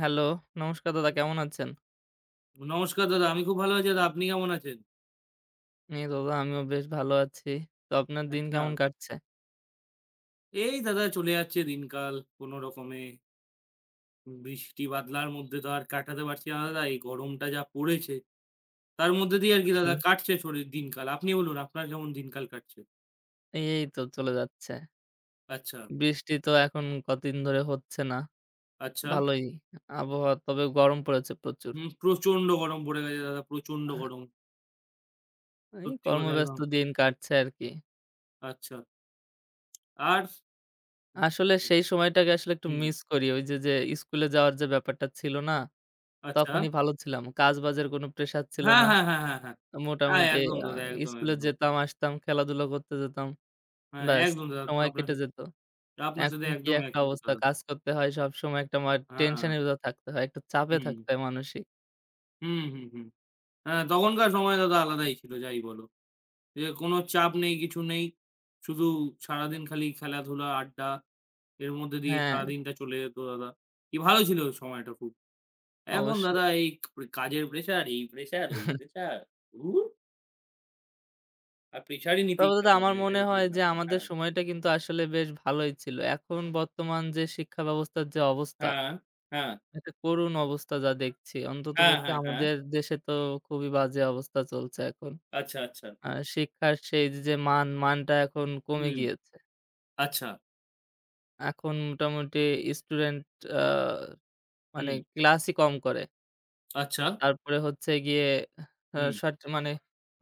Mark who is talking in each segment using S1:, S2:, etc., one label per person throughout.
S1: Hello, নমস্কার দাদা কেমন আছেন?
S2: নমস্কার দাদা। আমি খুব ভালো আছি দাদা। আপনি কেমন আছেন?
S1: এই দাদা আমিও বেশ ভালো আছি। তো আপনার দিন
S2: আচ্ছা।
S1: কেমন কাটছে?
S2: এই দাদা চলে যাচ্ছে দিনকাল কোন রকমে। বৃষ্টি বাদলার মধ্যে তো আর কাটাতে পারছি না দাদা। এই গরমটা যা পড়েছে, তার মধ্যে দিয়ে আরকি
S1: হুম।
S2: দাদা কাটছে শরীর দিনকাল। আপনি বলুন আপনার কেমন দিনকাল কাটছে?
S1: এই তো চলে যাচ্ছে।
S2: আচ্ছা,
S1: বৃষ্টি তো এখন কতদিন ধরে হচ্ছে না।
S2: আচ্ছা।
S1: ভালোই আবহাওয়া তবে গরম পড়েছে প্রচুর।
S2: হুম, প্রচন্ড গরম পড়ে গেছে দাদা, প্রচন্ড
S1: হ্যাঁ,
S2: গরম।
S1: এই
S2: সত্যি কথা
S1: কর্মব্যস্ত
S2: একদম।
S1: দিন কাটছে আরকি।
S2: আচ্ছা। আর
S1: আসলে সেই সময়টাকে আসলে একটু
S2: হুম,
S1: মিস করি। ওই যে স্কুলে যাওয়ার যে ব্যাপারটা ছিল না?
S2: আচ্ছা।
S1: তখনই ভালো ছিলাম। কাজবাজের কোনো প্রেশার ছিল
S2: হ্যাঁ,
S1: না।
S2: হ্যাঁ, হ্যাঁ, হ্যাঁ, হ্যাঁ। হ্যাঁ,
S1: মোটামুটি
S2: একদম
S1: আ
S2: দাদা, একদম,
S1: স্কুলে
S2: একদম।
S1: যেতাম, আসতাম, খেলাধুলা করতে যেতাম।
S2: হ্যাঁ,
S1: ব্যাস
S2: একদম দাদা তো
S1: সময়
S2: আপনার
S1: কেটে
S2: সাথে
S1: যেত।
S2: আপনার সাথে
S1: এখন কি
S2: একদম
S1: একটা
S2: একমত
S1: অবস্থা!
S2: দাদা।
S1: কাজ করতে হয় সবসময় একটা
S2: হ্যাঁ,
S1: টেনশনের ভিতর থাকতে হয়। একটা চাপে
S2: হুম,
S1: থাকতে হয় মানসিক।
S2: হুম, হুম, হুম। হ্যাঁ, তখনকার সময় দাদা আলাদাই ছিল যাই বলো। যে কোনো চাপ নেই, কিছু নেই। শুধু সারাদিন খালি খেলাধুলা, আড্ডা এর মধ্যে দিয়েই
S1: হ্যাঁ,
S2: সারাদিনটা চলে যেত দাদা। কি ভালো ছিল ওই সময়টা খুব। এখন
S1: অবশ্যই।
S2: দাদা এই ক কাজের প্রেশার, এই প্রেশার, ওই প্রেশার। ধুর! আর প্রেশারই নিতে
S1: তবে
S2: ইচ্ছা
S1: দাদা
S2: করে
S1: আমার
S2: না। এটাই
S1: মনে
S2: হচ্ছে
S1: হয় যে
S2: ব্যাপার।
S1: আমাদের
S2: হ্যাঁ,
S1: সময়টা কিন্তু আসলে বেশ ভালোই ছিল। এখন বর্তমান যে শিক্ষা ব্যবস্থার যে অবস্থা,
S2: হ্যাঁ, হ্যাঁ,
S1: একটা করুণ অবস্থা যা দেখছি।
S2: হ্যাঁ,
S1: অন্ততপক্ষে
S2: হ্যাঁ, হ্যাঁ।
S1: আমাদের দেশে তো খুবই বাজে অবস্থা চলছে এখন।
S2: আচ্ছা, আচ্ছা।
S1: আ শিক্ষার সেই যে মান, মানটা এখন কমে
S2: হুম,
S1: গিয়েছে।
S2: আচ্ছা,
S1: এখন মোটামুটি স্টুডেন্ট আ মানে
S2: হুম।
S1: ক্লাসই কম করে।
S2: আচ্ছা।
S1: তারপরে হচ্ছে গিয়ে আ
S2: হুম,
S1: শট মানে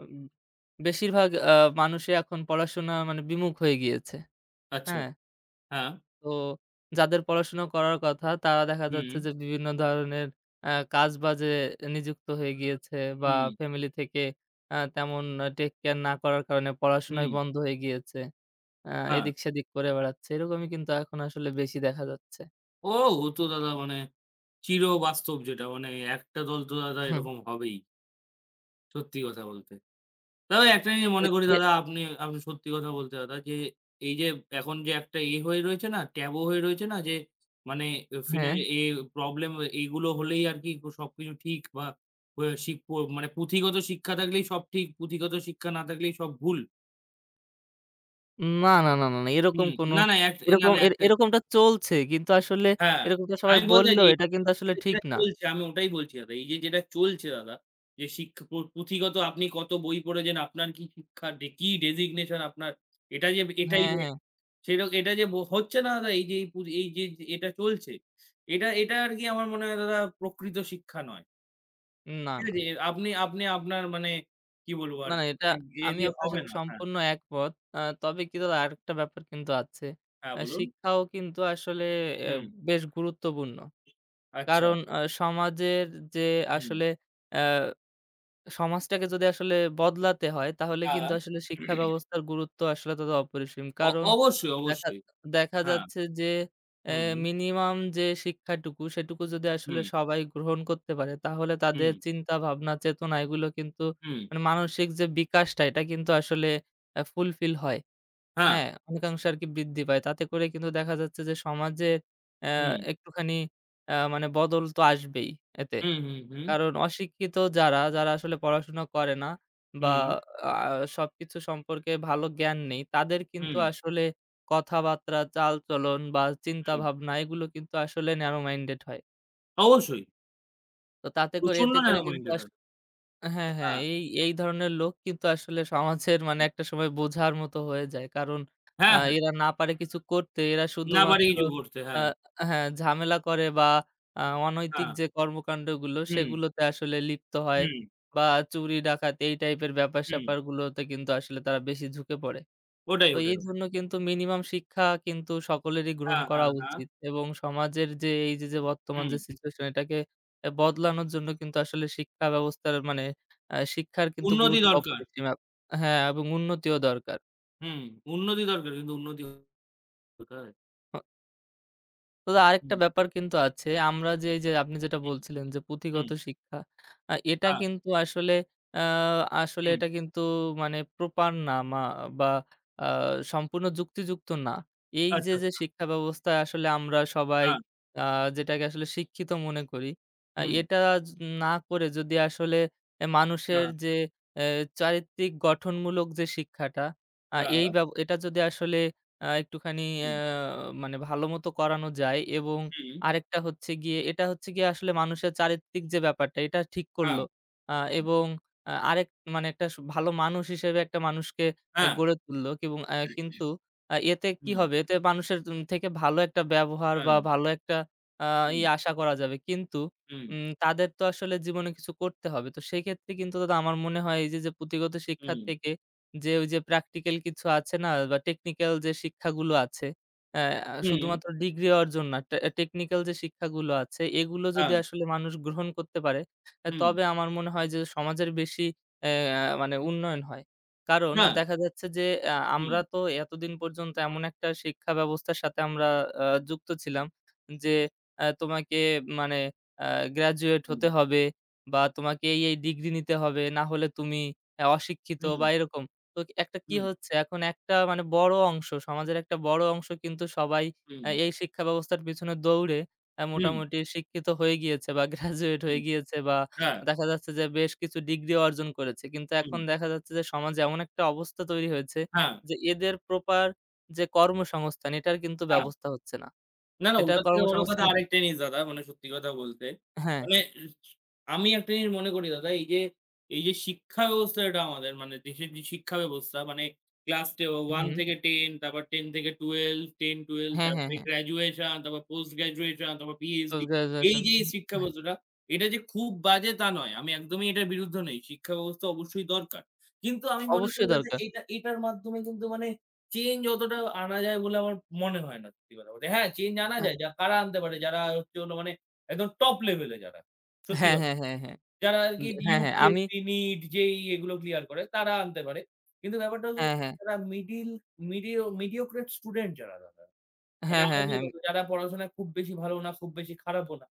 S1: উম বেশিরভাগ মানুষই এখন পড়াশোনা মানে বিমুখ হয়ে গিয়েছে।
S2: আচ্ছা।
S1: হ্যাঁ?
S2: হ্যাঁ।
S1: তো যাদের পড়াশোনা করার কথা তারা দেখা
S2: হুম,
S1: যাচ্ছে যে বিভিন্ন ধরনের কাজবাজে নিযুক্ত হয়ে গিয়েছে বা
S2: হুম,
S1: ফ্যামিলি থেকে তেমন টেক কেয়ার না করার কারণে পড়াশোনাই
S2: হুম,
S1: বন্ধ হয়ে গিয়েছে। আ
S2: হ্যাঁ।
S1: এদিক সেদিক করে বেড়াচ্ছে। এরকমই কিন্তু এখন আসলে বেশি দেখা যাচ্ছে।
S2: ও! ও তো দাদা মানে চিরবাস্তব যেটা মানে একটা দল তো দাদা
S1: হুম।
S2: এরকম হবেই। সত্যি কথা বলতে। তবে একটা জিনিস
S1: এ
S2: মনে করি
S1: এ
S2: দাদা আপনি আপনি সত্যি কথা বলতে দাদা যে এই যে এখন যে একটা ইয়ে হয়ে রয়েছে না, ট্যাবু হয়ে রয়েছে না যে মানে এ ফিনা
S1: হ্যাঁ।
S2: এ প্রবলেম এইগুলো হলেই আরকি সবকিছু ঠিক বা প শিক প মানে পুঁথিগত শিক্ষা থাকলেই সব ঠিক, পুঁথিগত শিক্ষা না থাকলেই সব ভুল।
S1: না, না, না, না, না। এরকম
S2: হুম,
S1: কোনো
S2: না, না, এক না, না একটা
S1: এরকমটা চলছে। কিন্তু আসলে
S2: হ্যাঁ,
S1: এরকমটা সবাই
S2: আমি বলতে চাইছি
S1: বললেও এটা কিন্তু আসলে
S2: এইযে
S1: ঠিক
S2: যেটা
S1: না।
S2: চলছে আমি ওটাই বলছি দাদা। এই যে যেটা চলছে দাদা, যে শিক্ষা প পুঁথিগত আপনি কত বই পড়েছেন, আপনার কি শিক্ষা ডে কি ডেজিগনেশন আপনার এটা যে এটাই
S1: হ্যাঁ,
S2: মে
S1: হ্যাঁ।
S2: সেরক এটা যে ব হচ্ছে না দাদা এই যে এই পু এই যে যে এটা চলছে। এটা এটা আরকি আমার মনে হয় দাদা প্রকৃত শিক্ষা নয়।
S1: না,
S2: ঠিক
S1: না,
S2: আছে?
S1: না।
S2: এ- আপনি আপনি আপনার মানে কি বলবো
S1: না, না
S2: আরকি
S1: এটা
S2: মানে এ
S1: আমি
S2: দিয়ে
S1: আপনার
S2: হবে
S1: সাথে
S2: না। হ্যাঁ,
S1: সম্পূর্ণ একমত। তবে কি দাদা আরেকটা ব্যাপার কিন্তু আছে।
S2: হ্যাঁ বলুন।
S1: শিক্ষাও কিন্তু আসলে এ
S2: হুম,
S1: বেশ গুরুত্বপূর্ণ।
S2: আচ্ছা,
S1: কারণ সমাজের যে
S2: হুম,
S1: আসলে অ্যা সমাজটাকে যদি আসলে বদলাতে হয় তাহলে
S2: হ্যাঁ।
S1: কিন্তু আসলে শিক্ষা ব্যবস্থার গুরুত্ব আসলে তত অপরিসীম। কারণ
S2: অবশ্যই,
S1: দেখা
S2: অবশ্যই।
S1: দেখা
S2: হ্যাঁ,
S1: যাচ্ছে যে অ্যা
S2: হুম, হুম,
S1: মিনিমাম যে শিক্ষাটুকু সেটুকু যদি আসলে
S2: হুম।
S1: সবাই গ্রহণ করতে পারে তাহলে তাদের
S2: হুম
S1: চিন্তা ভাবনা, চেতনা এগুলো কিন্তু
S2: হুম,
S1: মানে মানসিক যে বিকাশটা এটা কিন্তু আসলে ফুলফিল হয়।
S2: হ্যাঁ।
S1: হ্যাঁ? অনেকাংশে আরকি বৃদ্ধি পায়। তাতে করে কিন্তু দেখা যাচ্ছে যে সমাজে অ্যা
S2: হুম,
S1: একটুখানি মানে বদল তো আসবেই এতে।
S2: হুম, হুম, হুম,
S1: কারণ অশিক্ষিত যারা, যারা আসলে পড়াশোনা করে না বা
S2: হুম,
S1: আ সবকিছু সম্পর্কে ভালো জ্ঞান নেই, তাদের কিন্তু
S2: হুম,
S1: আসলে কথাবার্তা, চালচলন বা
S2: হুম।
S1: চিন্তাভাবনা এগুলো কিন্তু আসলে ন্যারো মাইন্ডেড হয়।
S2: অবশ্যই।
S1: তো তাতে করে
S2: প্রচন্ড
S1: এতে করে
S2: ন্যারো
S1: কিন্তু
S2: মাইন্ডেড
S1: আস
S2: হয়।
S1: হ্যাঁ, হ্যাঁ।
S2: হ্যাঁ,
S1: এই ধরনের লোক কিন্তু আসলে সমাজের মানে একটা সময় বোঝার মতো হয়ে যায়। কারণ
S2: হ্যাঁ, হ্যাঁ।
S1: এরা না পারে কিছু করতে। এরা
S2: না পারে
S1: শুধুমাত্র
S2: কিছু করতে।
S1: আ
S2: হ্যাঁ,
S1: হ্যাঁ, ঝামেলা করে বা আ অনৈতিক
S2: হ্যাঁ।
S1: যে কর্মকাণ্ডগুলো
S2: হুম,
S1: সেগুলোতে আসলে লিপ্ত হয়
S2: হুম,
S1: বা চুরি ডাকাতি এই টাইপের
S2: হুম।
S1: ব্যাপার-স্যাপারগুলোতে কিন্তু আসলে তারা বেশি ঝুঁকে পড়ে।
S2: ওটাই,
S1: তো
S2: ওটাই,
S1: এই
S2: ওটাই।
S1: জন্য কিন্তু মিনিমাম শিক্ষা কিন্তু সকলেরই গ্রহণ
S2: হ্যাঁ,
S1: করা
S2: হ্যাঁ, হ্যাঁ।
S1: উচিত এবং সমাজের যে এই যে বর্তমান
S2: হুম।
S1: যে সিচুয়েশন এটাকে বদলানোর জন্য কিন্তু আসলে শিক্ষা ব্যবস্থার মানে শিক্ষার কিন্তু
S2: উন্নতি
S1: গুরুত্ব
S2: দরকার।
S1: অপরিসীম। হ্যাঁ, এবং উন্নতিও দরকার।
S2: হুম, উন্নতি দরকার। কিন্তু উন্নতি কোথায়?
S1: তো আরেকটা
S2: হুম,
S1: ব্যাপার কিন্তু আছে। আমরা যে এই যে আপনি যেটা
S2: হুম,
S1: বলছিলেন যে
S2: হুম।
S1: পুঁথিগত শিক্ষা, এটা
S2: হ্যাঁ,
S1: কিন্তু আসলে আ আসলে
S2: হুম।
S1: এটা কিন্তু মানে প্রপার না মা বা আ সম্পূর্ণ যুক্তিযুক্ত না। এই যে,
S2: আচ্ছা,
S1: যে
S2: আচ্ছা।
S1: শিক্ষা ব্যবস্থায় আসলে আমরা সবাই
S2: হ্যাঁ,
S1: আ যেটাকে আসলে শিক্ষিত মনে করি,
S2: হুম,
S1: এটা য না করে যদি আসলে মানুষের
S2: হ্যাঁ,
S1: যে এ চারিত্রিক গঠনমূলক যে শিক্ষাটা আ
S2: হ্যাঁ,
S1: এই ব্যব এটা যদি আসলে একটুখানি আ
S2: হুম,
S1: মানে ভালোমতো করানো যায় এবং
S2: হুম,
S1: আরেকটা হচ্ছে গিয়ে এটা হচ্ছে গিয়ে আসলে মানুষের চারিত্রিক যে ব্যাপারটা এটা ঠিক
S2: হ্যাঁ,
S1: করলো। আ
S2: হুম,
S1: এবং আ আরেক মানে একটা ভালো মানুষ হিসেবে একটা মানুষকে
S2: হ্যাঁ,
S1: গড়ে তুললো এবং কিন্তু এতে কি
S2: হুম,
S1: হবে? এতে মানুষের থেকে ভালো একটা ব্যবহার
S2: হ্যাঁ,
S1: বা ভালো একটা আ ই
S2: হুম,
S1: আশা করা যাবে। কিন্তু
S2: হুম,
S1: তাদের তো আসলে জীবনে কিছু করতে হবে। তো সেক্ষেত্রে কিন্তু দাদা আমার মনে হয় এই যে প্রুক্তিগত শিক্ষার
S2: হুম,
S1: থেকে যে ওই যে প্র্যাকটিক্যাল কিছু আছে না বা টেকনিক্যাল যে শিক্ষাগুলো আছে,
S2: হুম,
S1: শুধুমাত্র ডিগ্রি অর্জন না, টেকনিক্যাল যে শিক্ষাগুলো আছে এগুলো যদি
S2: হ্যাঁ,
S1: আসলে মানুষ গ্রহণ করতে পারে,
S2: হুম,
S1: তবে আমার মনে হয় যে সমাজের বেশি অ্যা মানে উন্নয়ন হয়। কারণ
S2: হ্যাঁ,
S1: দেখা যাচ্ছে যে
S2: হুম।
S1: আমরা তো এতদিন পর্যন্ত এমন একটা শিক্ষা ব্যবস্থার সাথে আমরা যুক্ত ছিলাম যে তোমাকে মানে আ গ্র্যাজুয়েট হতে হবে বা তোমাকে এই ডিগ্রি নিতে হবে, না হলে তুমি অশিক্ষিত
S2: হম
S1: বা এরকম। তো একটা কি
S2: হম
S1: হচ্ছে এখন একটা মানে বড় অংশ, সমাজের একটা বড় অংশ কিন্তু সবাই
S2: হম
S1: এই শিক্ষা ব্যবস্থার পিছনে দৌড়ে মোটামুটি শিক্ষিত হয়ে গিয়েছে বা গ্র্যাজুয়েট
S2: হম
S1: হয়ে গিয়েছে বা
S2: হ্যাঁ
S1: দেখা যাচ্ছে যে বেশ কিছু ডিগ্রি অর্জন করেছে। কিন্তু
S2: হুম,
S1: এখন দেখা যাচ্ছে যে সমাজে এমন একটা অবস্থা তৈরি হয়েছে
S2: হ্যাঁ
S1: যে এদের প্রপার যে কর্মসংস্থান এটার কিন্তু
S2: হ্যাঁ
S1: ব্যবস্থা হচ্ছে না।
S2: না, না
S1: এটা
S2: ওটার থেকে বড় কথা
S1: কর্মসংস্থান
S2: আরেকটা জিনিস দাদা মানে সত্যি কথা বলতে।
S1: হ্যাঁ,
S2: মানে আমি একটা জিনিস মনে করি দাদা এই যে শিক্ষা ব্যবস্থাটা আমাদের মানে দেশের যে শিক্ষা ব্যবস্থা মানে ক্লাস 1
S1: হুম,
S2: থেকে 10 তারপর 10 থেকে 12, 10-12
S1: হ্যাঁ, হ্যাঁ,
S2: তারপরে
S1: হ্যাঁ,
S2: গ্র্যাজুয়েশন, তারপর পোস্ট গ্র্যাজুয়েশন, তারপর পিএইচডি।
S1: পোস্ট
S2: এই
S1: গ্র্যাজুয়েশন
S2: যে এই শিক্ষা ব্যবস্থাটা, এটা যে খুব বাজে তা নয়। আমি একদমই এটার বিরুদ্ধে নই। শিক্ষা ব্যবস্থা অবশ্যই দরকার। কিন্তু আমি মনে করি
S1: অবশ্যই
S2: দাদা
S1: দরকার।
S2: এটা এটার মাধ্যমে কিন্তু মানে চেঞ্জ অতটা আনা যায় বলে আমার মনে হয় না সত্যি কথা বলতে। হ্যাঁ, চেঞ্জ আনা
S1: আ
S2: যায়। যা কারা আনতে পারে? যারা হচ্ছে হলো মানে একদম টপ লেভেলে যারা। সত্যি
S1: হ্যাঁ,
S2: কথা।
S1: হ্যাঁ, হ্যাঁ, হ্যাঁ,
S2: যারা আরকি
S1: হ্যাঁ, হ্যাঁ, আমি
S2: UPSC, NEET, JEE এগুলো ক্লিয়ার করে তারা আনতে পারে। কিন্তু ব্যাপারটা হলো
S1: হ্যাঁ, হ্যাঁ।
S2: যারা মিডল মিডিওক্রেট স্টুডেন্ট যারা দাদা। মানে
S1: হ্যাঁ, হ্যাঁ,
S2: আমাকেই
S1: হ্যাঁ,
S2: বলো যারা পড়াশোনায় খুব বেশি ভালো না, খুব বেশি খারাপও না।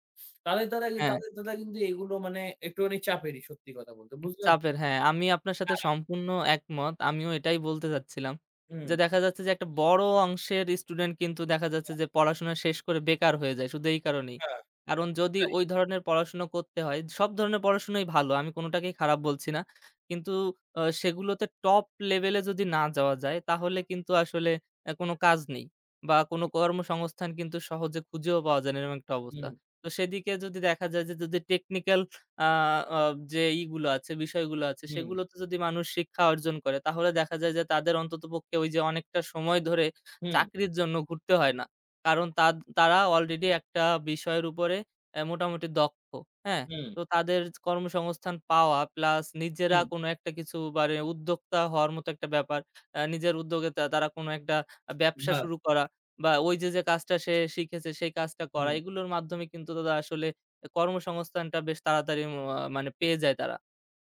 S2: তাদের তারা কি-
S1: হ্যাঁ,
S2: তাদের দাদা কিন্তু এগুলো মানে একটুখানি চাপেরই সত্যি কথা বলতে। বুঝলেন?
S1: চাপের হ্যাঁ, আমি আপনার সাথে
S2: হ্যাঁ,
S1: সম্পূর্ণ একমত। আমিও এটাই বলতে চাচ্ছিলাম।
S2: হুম।
S1: যে দেখা যাচ্ছে যে একটা বড় অংশের স্টুডেন্ট কিন্তু দেখা যাচ্ছে
S2: হ্যাঁ,
S1: যে পড়াশোনা শেষ করে বেকার হয়ে যায় শুধু এই কারণেই।
S2: হ্যাঁ,
S1: কারণ যদি
S2: ওটাই।
S1: ওই ধরনের পড়াশোনা করতে হয়, সব ধরনের পড়াশোনাই ভালো আমি কোনটাকেই খারাপ বলছি না। কিন্তু সেগুলোতে টপ লেভেলে যদি না যাওয়া যায় তাহলে কিন্তু আসলে কোনো কাজ নেই বা কোনো কর্মসংস্থান কিন্তু সহজে খুঁজেও পাওয়া যায় না এরকম একটা অবস্থা।
S2: হুম,
S1: তো সেদিকে যদি দেখা যায় যে যদি টেকনিক্যাল আ অ যে ইগুলো আছে, বিষয়গুলো আছে
S2: হুম,
S1: সেগুলোতে যদি মানুষ শিক্ষা অর্জন করে তাহলে দেখা যায় যে তাদের অন্ততপক্ষে ওই যে অনেকটা সময় ধরে
S2: হুম,
S1: চাকরির জন্য ঘুরতে হয় না। কারণ তারা অলরেডি একটা বিষয়ের উপরে মোটামুটি দক্ষ, হ্যাঁ?
S2: হুম।
S1: তো তাদের কর্মসংস্থান পাওয়া প্লাস নিজেরা
S2: হুম,
S1: কোনো একটা কিছু মানে উদ্যোক্তা হওয়ার মতো একটা ব্যাপার। নিজের উদ্যোগে তারা কোনো একটা ব্যবসা
S2: হ্যাঁ,
S1: শুরু করা বা ওই যে কাজটা সে শিখেছে সেই কাজটা করা
S2: হুম,
S1: এগুলোর মাধ্যমে কিন্তু তারা আসলে কর্মসংস্থানটা বেশ তাড়াতাড়ি মানে পেয়ে যায় তারা।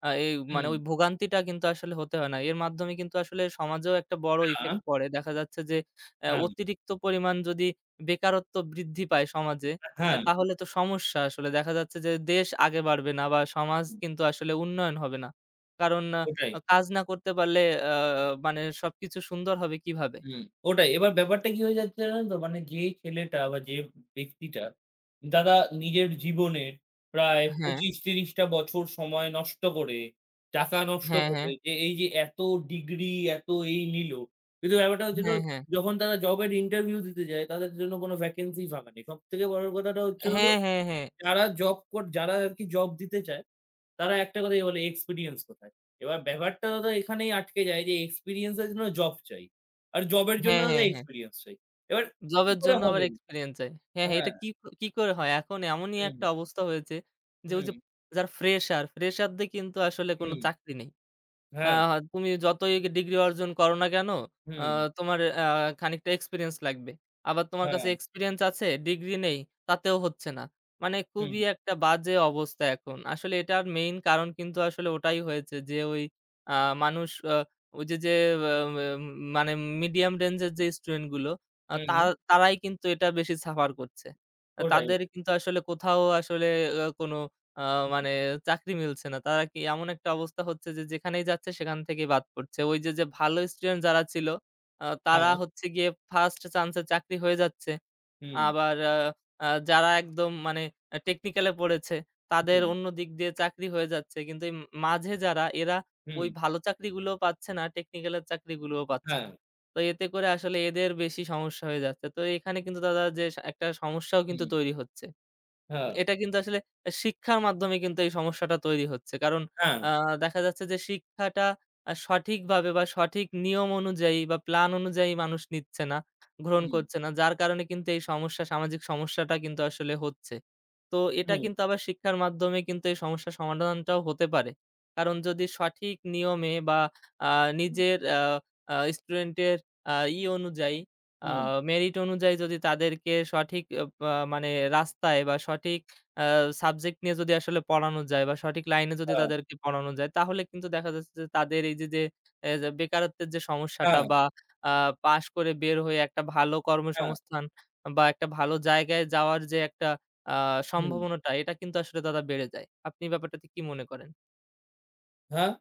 S1: এই মানে
S2: হুম,
S1: ওই ভোগান্তিটা কিন্তু আসলে হতে হয় না। এর মাধ্যমে কিন্তু আসলে সমাজেও একটা বড়
S2: হ্যাঁ,
S1: ইফেক্ট পড়ে। দেখা যাচ্ছে যে
S2: হ্যাঁ,
S1: অতিরিক্ত পরিমাণ যদি বেকারত্ব বৃদ্ধি পায় সমাজে,
S2: হ্যাঁ,
S1: তাহলে তো সমস্যা আসলে। দেখা যাচ্ছে যে দেশ আগে বাড়বে না বা সমাজ
S2: হুম,
S1: কিন্তু আসলে উন্নয়ন হবে না। কারণ
S2: ওটাই,
S1: কাজ না করতে পারলে আ মানে সবকিছু সুন্দর হবে কিভাবে?
S2: হুম, ওটাই। এবার ব্যাপারটা কি হয়ে যাচ্ছে জানেন তো? মানে যে ছেলেটা বা যে ব্যক্তিটা দাদা নিজের জীবনের প্রায়
S1: হ্যাঁ,
S2: ২৫-৩০ টা বছর সময় নষ্ট করে, টাকা নষ্ট
S1: হ্যাঁ, হ্যাঁ,
S2: করে যে এই যে এত ডিগ্রি, এত এই নিল। কিন্তু ব্যাপারটা হচ্ছিল
S1: হ্যাঁ, হ্যাঁ।
S2: যখন তারা জবের ইন্টারভিউ দিতে যায় তাদের জন্য কোনো ভ্যাকেন্সি ফাঁকা নেই। সবথেকে বড় কথাটা হচ্ছে হল
S1: হ্যাঁ, হ্যাঁ, হ্যাঁ।
S2: যারা আরকি জব দিতে চায়, তারা একটা কথাই বলে এক্সপেরিয়েন্স কোথায়? এবার ব্যাপারটা দাদা এখানেই আটকে যায় যে এক্সপেরিয়েন্স এর জন্য জব চাই। আর জবের জন্য
S1: হ্যাঁ,
S2: দাদা
S1: হ্যাঁ, হ্যাঁ।
S2: এক্সপেরিয়েন্স চাই। এবার কি
S1: জবের
S2: করে
S1: জন্য আবার
S2: হবে?
S1: এক্সপেরিয়েন্স চাই। হ্যাঁ, হ্যাঁ,
S2: হ্যাঁ,
S1: এটা কি কি করে হয়? এখন এমনই
S2: হুম,
S1: একটা অবস্থা হয়েছে যে ওই
S2: হুম,
S1: যে যারা ফ্রেশার, ফ্রেশারদের কিন্তু আসলে কোনো
S2: হুম,
S1: চাকরি নেই। আ
S2: হ্যাঁ,
S1: তুমি যতই ডিগ্রি অর্জন করো না কেন, আ
S2: হুম,
S1: তোমার খানিকটা এক্সপেরিয়েন্স লাগবে। আবার তোমার কাছে
S2: হ্যাঁ,
S1: এক্সপেরিয়েন্স আছে, ডিগ্রি নেই, তাতেও হচ্ছে না। মানে
S2: হুম,
S1: খুবই একটা বাজে অবস্থা এখন। আসলে এটার মেইন কারণ কিন্তু আসলে ওটাই হয়েছে যে ওই আ মানুষ ওই যে আ মানে মিডিয়াম রেঞ্জ এর যে স্টুডেন্ট গুলো, আ তা
S2: হুম,
S1: তারাই কিন্তু এটা বেশি সাফার করছে। আহ,
S2: ওটাই,
S1: তাদের কিন্তু আসলে কোথাও আসলে আ কোনো আ মানে চাকরি মিলছে না। তারা কি এমন একটা অবস্থা হচ্ছে যে যেখানেই যাচ্ছে সেখান থেকেই বাদ পড়ছে। ওই যে ভালো স্টুডেন্ট যারা ছিল তারা
S2: হ্যাঁ,
S1: হচ্ছে গিয়ে ফার্স্ট চান্স এ চাকরি হয়ে যাচ্ছে।
S2: হুম,
S1: আবার আ আ যারা একদম মানে টেকনিক্যাল এ পড়েছে তাদের
S2: হুম,
S1: অন্য দিক দিয়ে চাকরি হয়ে যাচ্ছে। কিন্তু এই মাঝে যারা এরা
S2: হুম,
S1: ওই ভালো চাকরিগুলোও পাচ্ছে না, টেকনিক্যাল এর চাকরিগুলোও পাচ্ছে
S2: হ্যাঁ,
S1: না। তো এতে করে আসলে এদের বেশি সমস্যা হয়ে যাচ্ছে। তো এখানে কিন্তু দাদা যে একটা সমস্যাও কিন্তু
S2: হুম,
S1: তৈরি হচ্ছে।
S2: হ্যাঁ,
S1: এটা কিন্তু আসলে শিক্ষার মাধ্যমে কিন্তু এই সমস্যাটা তৈরি হচ্ছে। কারণ
S2: হ্যাঁ,
S1: আ দেখা যাচ্ছে যে শিক্ষাটা সঠিকভাবে বা সঠিক নিয়ম অনুযায়ী বা প্ল্যান অনুযায়ী মানুষ নিচ্ছে না, গ্রহণ
S2: হুম,
S1: করছে না। যার কারণে কিন্তু এই সমস্যা সামাজিক সমস্যাটা কিন্তু আসলে হচ্ছে। তো এটা
S2: হুম,
S1: কিন্তু আবার শিক্ষার মাধ্যমে কিন্তু এই সমস্যার সমাধানটাও হতে পারে। কারণ যদি সঠিক নিয়মে বা আ
S2: হুম,
S1: নিজের আ আ স্টুডেন্টের আ ই অনুযায়ী আ
S2: হুম,
S1: মেরিট অনুযায়ী যদি তাদেরকে সঠিক আ পা মানে রাস্তায় বা সঠিক আ সাবজেক্ট নিয়ে যদি আসলে পড়ানো যায় বা সঠিক লাইনে যদি হুম।
S2: হ্যাঁ,
S1: তাদেরকে পড়ানো যায় তাহলে কিন্তু দেখা যাচ্ছে যে তাদের এই যে যে বেকারত্বের যে সমস্যাটা
S2: হ্যাঁ,
S1: বা আ পাশ করে বের হয়ে একটা ভালো
S2: হ্যাঁ,
S1: কর্মসংস্থান বা একটা ভালো জায়গায় যাওয়ার যে একটা আ
S2: হুম,
S1: সম্ভাবনাটা এটা কিন্তু আসলে দাদা বেড়ে যায়। আপনি ব্যাপারটাতে কি মনে করেন?
S2: হ্যাঁ।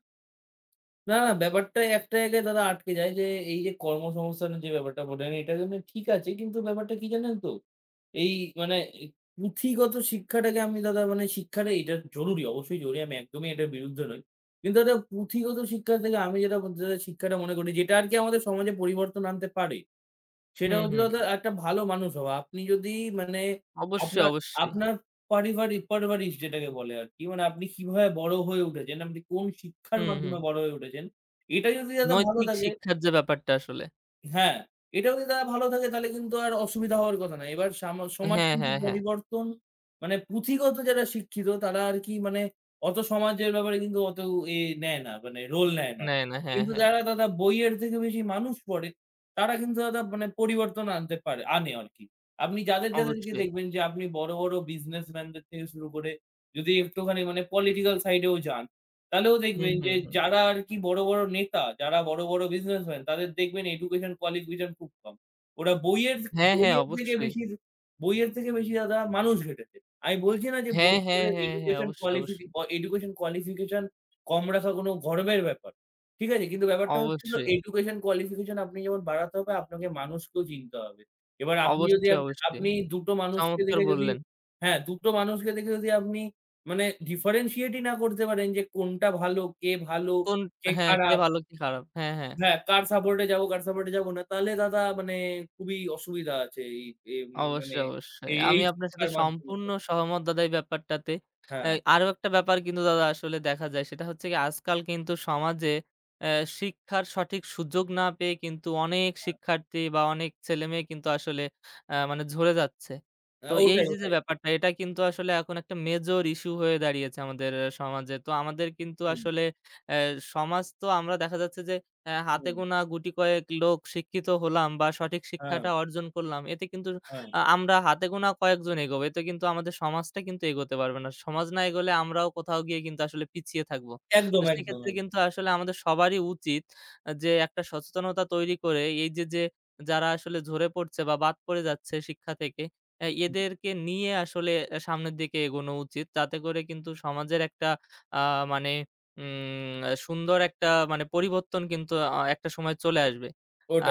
S2: না, না ব্যাপারটা একটা জায়গায় দাদা আটকে যায় যে এই যে কর্মসংস্থানের যে ব্যাপারটা বললেন এটা কিন্তু ঠিক আছে। কিন্তু ব্যাপারটা কি জানেন তো? এই এই পুঁথিগত শিক্ষাটাকে আমি দাদা মানে শিক্ষাটা এটা জরুরি, অবশ্যই জরুরি। আমি একদমই এটার বিরুদ্ধে নই। কিন্তু দাদা পুঁথিগত শিক্ষা থেকে আমি যেটা বলতে চাই শিক্ষাটা মনে করি যেটা আরকি আমাদের সমাজে পরিবর্তন আনতে পারে। সেটা
S1: হুম,
S2: হচ্ছে
S1: হুম।
S2: দাদা একটা ভালো মানুষ হওয়া। আপনি যদি মানে
S1: অবশ্যই,
S2: আপনার
S1: অবশ্যই।
S2: আপনার পারিবারিক পারভারিশ যেটাকে বলে আরকি। মানে আপনি কিভাবে বড় হয়ে উঠেছেন, আপনি কোন শিক্ষার
S1: হুম, হুম।
S2: মাধ্যমে বড় হয়ে উঠেছেন। এটা যদি দাদা ভালো
S1: নৈতিক
S2: থাকে
S1: শিক্ষার যে ব্যাপারটা আসলে।
S2: হ্যাঁ, এটাও যদি তারা ভালো থাকে তাহলে কিন্তু আর অসুবিধা হওয়ার কথা না। এবার সমাজ
S1: হ্যাঁ,
S2: কিন্তু
S1: হ্যাঁ, হ্যাঁ।
S2: পরিবর্তন মানে পুঁথিগত যারা শিক্ষিত তারা আর কি মানে অত সমাজের ব্যাপারে কিন্তু অত এ নেয় না মানে রোল নেয় না।
S1: নেয় না। হ্যাঁ,
S2: কিন্তু
S1: হ্যাঁ।
S2: যারা দাদা বইয়ের থেকে বেশি মানুষ পড়ে তারা কিন্তু দাদা মানে পরিবর্তন আনতে পারে আনে আরকি। আপনি যাদেরকে
S1: অবশ্যই।
S2: দেখবেন যে আপনি বড়, বড় বিজনেসম্যানদের থেকে শুরু করে যদি একটুখানি মানে পলিটিক্যাল সাইড এও যান তাহলেও
S1: হুম,
S2: দেখবেন যে
S1: হুম, হুম।
S2: যারা আরকি বড়, বড় নেতা, যারা বড়, বড় বিজনেসম্যান তাদের দেখবেন এডুকেশন কোয়ালিফিকেশন খুব কম। ওরা বইয়ের
S1: হ্যাঁ, হ্যাঁ
S2: বইয়ের থেকে
S1: অবশ্যই।
S2: বেশি বইয়ের থেকে বেশি দাদা মানুষ ঘেঁটেছে। আমি বলছি না যে
S1: হ্যাঁ,
S2: বই
S1: হ্যাঁ,
S2: পড়ে
S1: হ্যাঁ, হ্যাঁ। অবশ্যই, অবশ্যই।
S2: এডুকেশন কোয়ালিফিকেশন কম রাখা কোনো গর্বের ব্যাপার। ঠিক আছে? কিন্তু ব্যাপারটা হচ্ছে হলো
S1: অবশ্যই,
S2: এডুকেশন কোয়ালিফিকেশন আপনি যেমন বাড়াতে হবে আপনাকে মানুষকেও চিনতে হবে। এবার আপনি যদি
S1: অবশ্যই,
S2: এক-
S1: অবশ্যই।
S2: আপনি ২ টো মানুষকে
S1: চমৎকার
S2: দেখে যদি
S1: বললেন।
S2: হ্যাঁ, ২ টো মানুষকে দেখে যদি আপনি মানে differentiate ই না করতে পারেন যে কোনটা ভালো, কে ভালো,
S1: কোন
S2: কে
S1: হ্যাঁ, কে
S2: খারাপ।
S1: ভালো কে খারাপ। হ্যাঁ, হ্যাঁ।
S2: হ্যাঁ, কার সাপোর্ট এ যাবো, কার সাপোর্ট এ যাবো না। তাহলে দাদা মানে খুবই অসুবিধা আছে এই এই উম মানে
S1: অবশ্যই, অবশ্যই।
S2: এই
S1: আমি
S2: এই
S1: আপনার সাথে
S2: শিক্ষার মাধ্যমে।
S1: সম্পূর্ণ সহমত দাদা এই ব্যাপারটাতে।
S2: হ্যাঁ,
S1: আরো একটা ব্যাপার কিন্তু দাদা আসলে দেখা যায় সেটা হচ্ছে গিয়ে আজকাল কিন্তু সমাজে অ্যা শিক্ষার সঠিক সুযোগ না পেয়ে কিন্তু অনেক
S2: হ্যাঁ।
S1: শিক্ষার্থী বা অনেক ছেলেমেয়ে কিন্তু আসলে মানে ঝরে যাচ্ছে।
S2: আ
S1: তো এই
S2: ওটাই,
S1: যে
S2: ওটাই।
S1: ব্যাপারটা এটা কিন্তু আসলে এখন একটা মেজর ইস্যু হয়ে দাঁড়িয়েছে আমাদের আহ, সমাজে। তো আমাদের কিন্তু
S2: হুম,
S1: আসলে অ্যা সমাজ তো আমরা দেখা যাচ্ছে যে হাতে
S2: হুম।
S1: গোনা গুটি কয়েক লোক শিক্ষিত হলাম বা সঠিক
S2: হ্যাঁ,
S1: শিক্ষাটা অর্জন করলাম। এতে কিন্তু
S2: হ্যাঁ।
S1: আমরা হাতে গোনা কয়েকজন এগোবো। এতে কিন্তু আমাদের সমাজটা কিন্তু এগোতে পারবে না। সমাজ না এগোলে আমরাও কোথাও গিয়ে কিন্তু আসলে পিছিয়ে থাকবো। তো
S2: একদম, একদম,
S1: সেক্ষেত্রে
S2: একদম।
S1: কিন্তু আসলে আমাদের সবারই উচিত যে একটা সচেতনতা তৈরি করে এই যে যারা আসলে ঝরে পড়ছে বা বাদ পড়ে যাচ্ছে শিক্ষা থেকে,
S2: হুম,
S1: এদেরকে নিয়ে আসলে সামনের দিকে এগোনো উচিত। তাতে করে কিন্তু সমাজের একটা আ মানে উম সুন্দর একটা মানে পরিবর্তন কিন্তু একটা সময় চলে আসবে।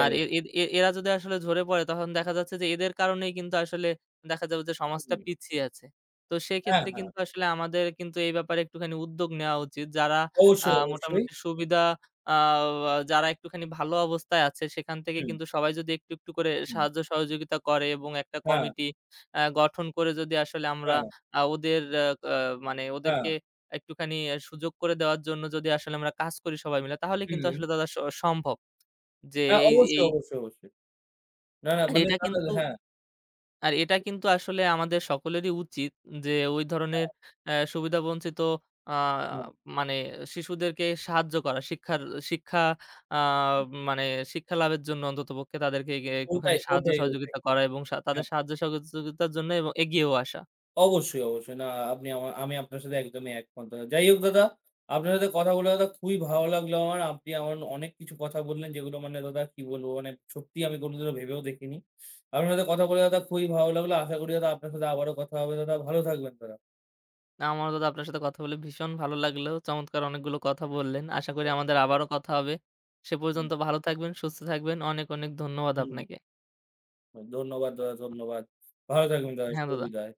S1: আর এ এদ এ এরা যদি আসলে ঝরে পড়ে তখন দেখা যাচ্ছে যে এদের কারণেই কিন্তু আসলে দেখা যাবে যে সমাজটা
S2: হুম।
S1: পিছিয়ে আছে। তো
S2: হ্যাঁ,
S1: সেক্ষেত্রে
S2: হ্যাঁ।
S1: কিন্তু আসলে আমাদের কিন্তু এই ব্যাপারে একটুখানি উদ্যোগ নেওয়া উচিত। যারা আ
S2: অবশ্যই, অবশ্যই।
S1: মোটামুটি সুবিধা আ যারা একটুখানি ভালো অবস্থায় আছে সেখান থেকে
S2: হুম,
S1: কিন্তু সবাই যদি একটু, একটু করে
S2: হুম।
S1: সাহায্য সহযোগিতা করে এবং একটা
S2: হ্যাঁ,
S1: কমিটি গঠন করে যদি আসলে আমরা
S2: হ্যাঁ,
S1: আ ওদের আ আ মানে
S2: হ্যাঁ।
S1: ওদেরকে একটুখানি আহ, সুযোগ করে দেওয়ার জন্য যদি আসলে আমরা কাজ করি সবাই মিলে তাহলে কিন্তু আসলে
S2: হুম।
S1: দাদা সম্ভব যে
S2: হ্যাঁ,
S1: এই,
S2: অবশ্যই,
S1: এই
S2: অবশ্যই, অবশ্যই। না, না
S1: আর
S2: মানে
S1: এটা
S2: দাদা
S1: কিন্তু
S2: হ্যাঁ,
S1: আর এটা কিন্তু আসলে আমাদের সকলেরই উচিত যে ওই ধরনের
S2: হ্যাঁ,
S1: সুবিধাবঞ্চিত আ
S2: হ্যাঁ।
S1: মানে শিশুদেরকে সাহায্য করা। শিক্ষার শিক্ষা আ মানে শিক্ষা লাভের জন্য অন্ততপক্ষে তাদেরকে একটুখানি
S2: ওটাই,
S1: সাহায্য
S2: ওটাই, ওটাই।
S1: সহযোগিতা করা এবং তাদের
S2: হ্যাঁ।
S1: সাহায্য সহযোগিতার জন্য এবং এগিয়েও আসা।
S2: অবশ্যই, অবশ্যই। না আপনি আমা আমি আপনার সাথে একদমই একমত দাদা। যাই হোক দাদা, আপনার সাথে কথা বলে দাদা খুবই ভালো লাগলো আমার। আপনি আমার অনেক কিছু কথা বললেন যেগুলো মানে দাদা কি বলবো মানে সত্যিই আমি কোনোদিনও ভেবেও দেখিনি। আপনার সাথে কথা বলে দাদা খুবই ভালো লাগলো। আশা করি দাদা আপনার সাথে আবারও কথা হবে দাদা। ভালো থাকবেন দাদা।
S1: আমার দাদা আপনার সাথে কথা বলে ভীষণ ভালো লাগলো। চমৎকার অনেকগুলো কথা বললেন। আশা করি আমাদের আবারও কথা হবে। সে পর্যন্ত ভালো থাকবেন, সুস্থ থাকবেন। অনেক, অনেক ধন্যবাদ
S2: হুম,
S1: আপনাকে।
S2: ধন্যবাদ দাদা, ধন্যবাদ। ভালো থাকবেন দাদা।
S1: হ্যাঁ
S2: শুভ
S1: দাদা।
S2: বিদায়।